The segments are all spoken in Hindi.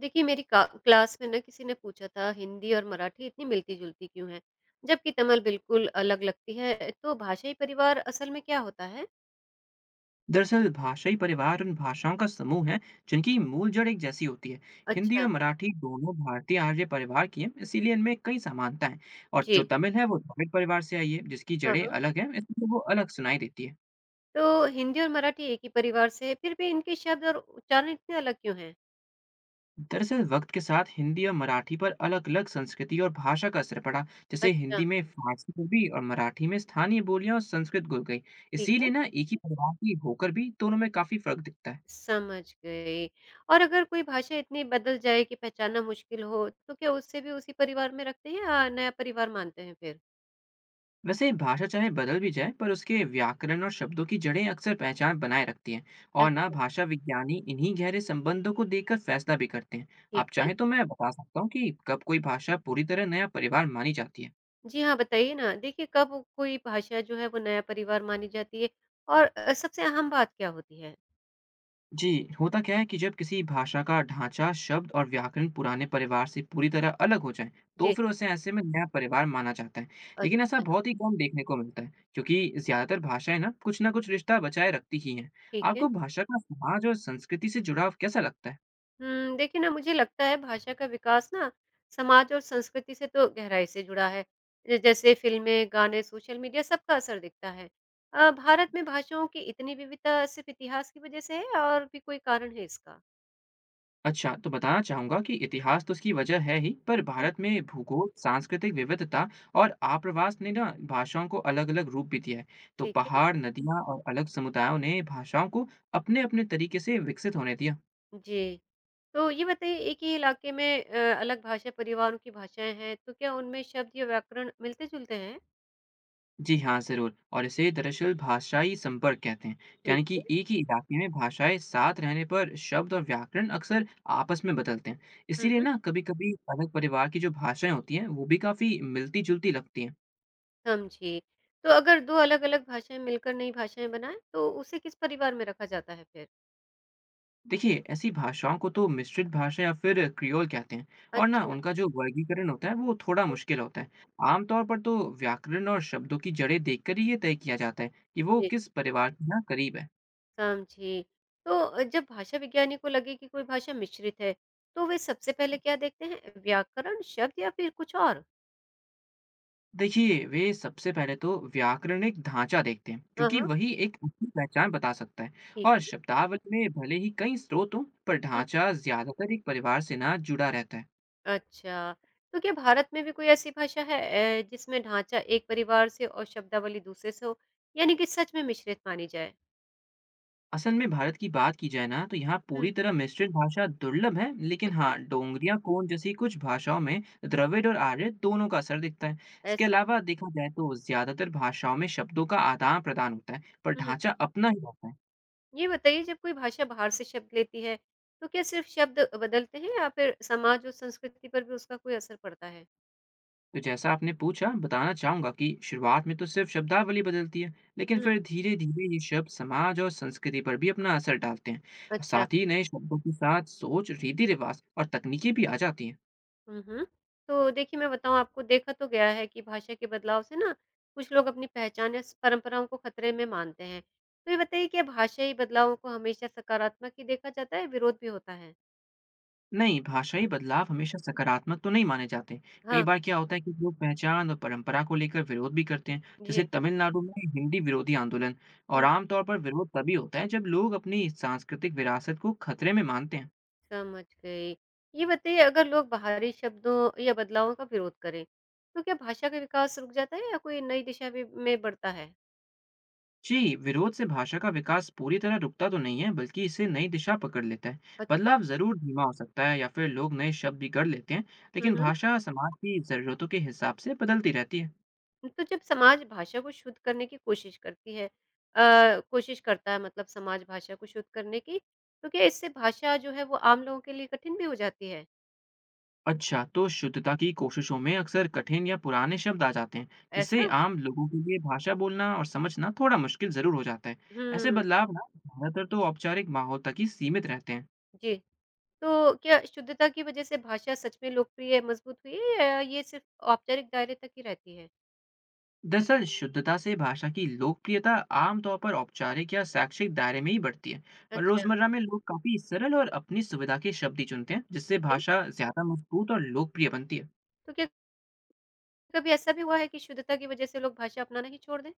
देखिए, मेरी का क्लास में ना किसी ने पूछा था, हिंदी और मराठी इतनी मिलती जुलती क्यों है जबकि तमिल बिल्कुल अलग लगती है? तो भाषाई परिवार असल में क्या होता है? दरअसल भाषाई परिवार उन भाषाओं का समूह है जिनकी मूल जड़ एक जैसी होती है। हिंदी और अच्छा। मराठी दोनों भारतीय आर्य परिवार की हैं, इसीलिए इनमें कई समानता है। और जी। जो तमिल है वो द्रविड़ परिवार से आई है, जिसकी हाँ, जड़ें हाँ। अलग हैं, इसलिए वो अलग सुनाई देती है। तो हिंदी और मराठी एक ही परिवार से है, फिर भी इनके शब्द और उच्चारण इतने अलग क्यों हैं? दरअसल वक्त के साथ हिंदी और मराठी पर अलग अलग संस्कृति और भाषा का असर पड़ा। जैसे अच्छा। हिंदी में फारसी डूबी और मराठी में स्थानीय बोलियां और संस्कृत घुल गई। ठीक इसीलिए है। ना एक ही परिवार की होकर भी दोनों में काफी फर्क दिखता है। समझ गई। और अगर कोई भाषा इतनी बदल जाए कि पहचानना मुश्किल हो, तो क्या उससे भी उसी परिवार में रखते हैं या नया परिवार मानते हैं फिर? वैसे भाषा चाहे बदल भी जाए पर उसके व्याकरण और शब्दों की जड़ें अक्सर पहचान बनाए रखती हैं। और ना अच्छा। भाषा विज्ञानी इन्हीं गहरे संबंधों को देखकर फैसला भी करते हैं। ठीक आप है। चाहें तो मैं बता सकता हूँ कि कब कोई भाषा पूरी तरह नया परिवार मानी जाती है। जी हाँ, बताइए ना। देखिए, कब कोई भाषा जो है वो नया परिवार मानी जाती है, और सबसे अहम बात क्या होती है? जी, होता क्या है कि जब किसी भाषा का ढाँचा, शब्द और व्याकरण पुराने परिवार से पूरी तरह अलग हो जाएँ, तो जी, फिर उसे ऐसे में नया परिवार माना जाता है। लेकिन ऐसा अच्छा, बहुत ही कम देखने को मिलता है, क्योंकि ज़्यादातर भाषाएँ ना कुछ रिश्ता बचाए रखती ही हैं। ठीक है। आपको भाषा का समाज और संस्कृति से जुड़ाव कैसा लगता है? देखिए ना, मुझे लगता है भाषा का विकास ना समाज और संस्कृति से तो गहराई से जुड़ा है। ज जैसे फ़िल्में, गाने, सोशल मीडिया सबका असर दिखता है। भारत में भाषाओं की इतनी विविधता सिर्फ़ इतिहास की वजह से है, और भी कोई कारण है इसका? अच्छा, तो बताना चाहूँगा कि इतिहास तो इसकी वजह है ही, पर हुँ, भारत में भूगोल, सांस्कृतिक विविधता और आप्रवास ने ना भाषाओं को अलग-अलग रूप भी दिया है। तो ठीक है। पहाड़, नदियाँ और अलग समुदायों ने भाषाओं को अपने-अपने तरीके से विकसित होने दिया। जी। तो ये बताइए, एक ही इलाके में अलग भाषा परिवारों की भाषाएँ हैं, तो क्या उनमें शब्द या व्याकरण मिलते-जुलते हैं? जी हाँ, ज़रूर, और इसे दरअसल भाषाई संपर्क कहते हैं, ठीक यानी कि है। एक ही इलाके में भाषाएँ साथ रहने पर शब्द और व्याकरण अक्सर आपस में बदलते हैं। हुँ, इसीलिए हुँ, ना कभी-कभी अलग परिवार की जो भाषाएँ होती हैं, वो भी काफ़ी मिलती-जुलती लगती हैं। समझी। तो अगर 2 अलग-अलग भाषाएँ मिलकर नई भाषाएँ बनाएँ, तो उसे किस परिवार में रखा जाता है फिर? देखिए ऐसी भाषाओं को तो मिश्रित भाषा या फिर क्रियोल कहते हैं। और ना अच्छा, उनका जो वर्गीकरण होता है वो थोड़ा हाँ, मुश्किल होता है। आमतौर पर तो व्याकरण और शब्दों की जड़ें देखकर ही ये तय किया जाता है कि वो जी, किस परिवार के यहाँ करीब है। समझी। तो जब भाषा विज्ञानी को लगे कि कोई भाषा मिश्रित है, तो वे सबसे पहले क्या देखते हैं? व्याकरण, शब्द या फिर कुछ और? देखिए वे सबसे पहले तो व्याकरणिक ढांचा देखते हैं, हाँ, क्योंकि हाँ, वही एक अपनी पहचान बता सकता है। ठीक और है। शब्दावली में भले ही कई स्रोत हों पर हुँ। ढांचा ज्यादातर एक परिवार से ना जुड़ा रहता है। अच्छा। तो क्या भारत में भी कोई ऐसी भाषा है जिसमें ढाँचा एक परिवार से और शब्दावली दूसरे से हो? यानी कि सच में मिश्रित मानी जाए? असल में भारत की बात की जाए ना, तो यहाँ हुँ। पूरी तरह मिश्रित भाषा दुर्लभ है, लेकिन हाँ अच्छा, डोंगरिया कोन जैसी कुछ भाषाओं में द्रविड़ और आर्य दोनों का असर दिखता है। इसके ऐसा? अलावा देखा जाए तो ज्यादातर भाषाओं में शब्दों का आदान प्रदान होता है, पर हुँ। ढांचा अपना ही रहता है। ये बताइए, जब कोई भाषा बाहर से शब्द लेती है, तो क्या सिर्फ़ शब्द बदलते हैं या फिर समाज और संस्कृति पर भी उसका कोई असर पड़ता है? तो जैसा आपने पूछा, बताना चाहूंगा कि शुरुआत में तो सिर्फ शब्दावली बदलती है। लेकिन हुँ। फिर धीरे धीरे ये शब्द समाज और संस्कृति पर भी अपना असर डालते हैं, और अच्छा। साथ ही नए शब्दों के साथ सोच, रीति रिवाज और तकनीकें भी आ जाती हैं। हुँ, हुँ। तो देखिए, मैं बताऊँ आपको, देखा तो गया है कि भाषा के बदलाव से ना कुछ लोग अपनी पहचान या स परंपराओं को खतरे में मानते हैं। तो ये बताइए, क्या भाषाई बदलावों को हमेशा सकारात्मक ही देखा जाता है, विरोध भी होता है? नहीं, भाषाई बदलाव हमेशा सकारात्मक तो नहीं माने जाते। कई हाँ, बार क्या होता है कि लोग पहचान और परंपरा को लेकर विरोध भी करते हैं, जैसे जी। तमिलनाडु में हिंदी विरोधी आंदोलन। और हुँ, आमतौर पर विरोध तभी होता है जब लोग अपनी सांस्कृतिक विरासत को खतरे में मानते हैं। समझ गई। ये बताइए, अगर लोग बाहरी शब्दों या बदलावों का विरोध करें, तो क्या भाषा का विकास रुक जाता है या कोई नई दिशा भी में बढ़ता है? जी, विरोध से भाषा का विकास पूरी तरह रुकता तो नहीं है, बल्कि इसे नई दिशा पकड़ लेता है। अच्छा। बदलाव ज़रूर धीमा हो सकता है या फिर लोग नए शब्द भी गढ़ लेते हैं, हुँ, लेकिन हुँ। भाषा समाज की ज़रूरतों के हिसाब से बदलती रहती है। तो जब समाज भाषा को शुद्ध करने की कोशिश करती है कोशिश करता है, मतलब समाज भाषा को शुद्ध करने की, तो क्या इससे भाषा जो है वो आम लोगों के लिए कठिन भी हो जाती है? अच्छा, तो शुद्धता की कोशिशों में अक्सर कठिन या पुराने शब्द आ जाते हैं, जिससे ऐसा? आम लोगों के लिए भाषा बोलना और समझना थोड़ा मुश्किल ज़रूर हो जाता है। ऐसे हुँ, बदलाव ना ज़्यादातर तो औपचारिक माहौल तक ही सीमित रहते हैं। जी। तो क्या शुद्धता की वजह से भाषा सच में लोकप्रिय मज़बूत हुई है या ये सिर्फ औपचारिक दायरे तक ही रहती है? दरअसल शुद्धता से भाषा की लोकप्रियता आमतौर पर औपचारिक या शैक्षिक दायरे में ही बढ़ती है, और अच्छा, रोज़मर्रा में लोग काफ़ी सरल और अपनी सुविधा के शब्द ही चुनते हैं, जिससे ठीक है। भाषा ज़्यादा मजबूत और लोकप्रिय बनती है। तो क्या कभी ऐसा भी हुआ है कि शुद्धता की वजह से लोग भाषा अपनाना ही छोड़ दें?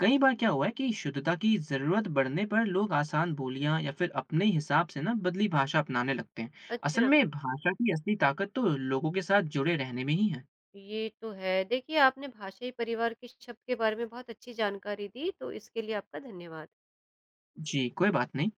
कई बार क्या हुआ है कि शुद्धता की जरूरत बढ़ने पर लोग आसान बोलियां या फिर अपने हिसाब से ना बदली भाषा अपनाने लगते हैं। असल अच्छा, में भाषा की असली ताकत तो लोगों के साथ जुड़े रहने में ही है। ये तो है। देखिए, आपने भाषाई परिवार के शब्द के बारे में बहुत अच्छी जानकारी दी, तो इसके लिए आपका धन्यवाद। जी, कोई बात नहीं।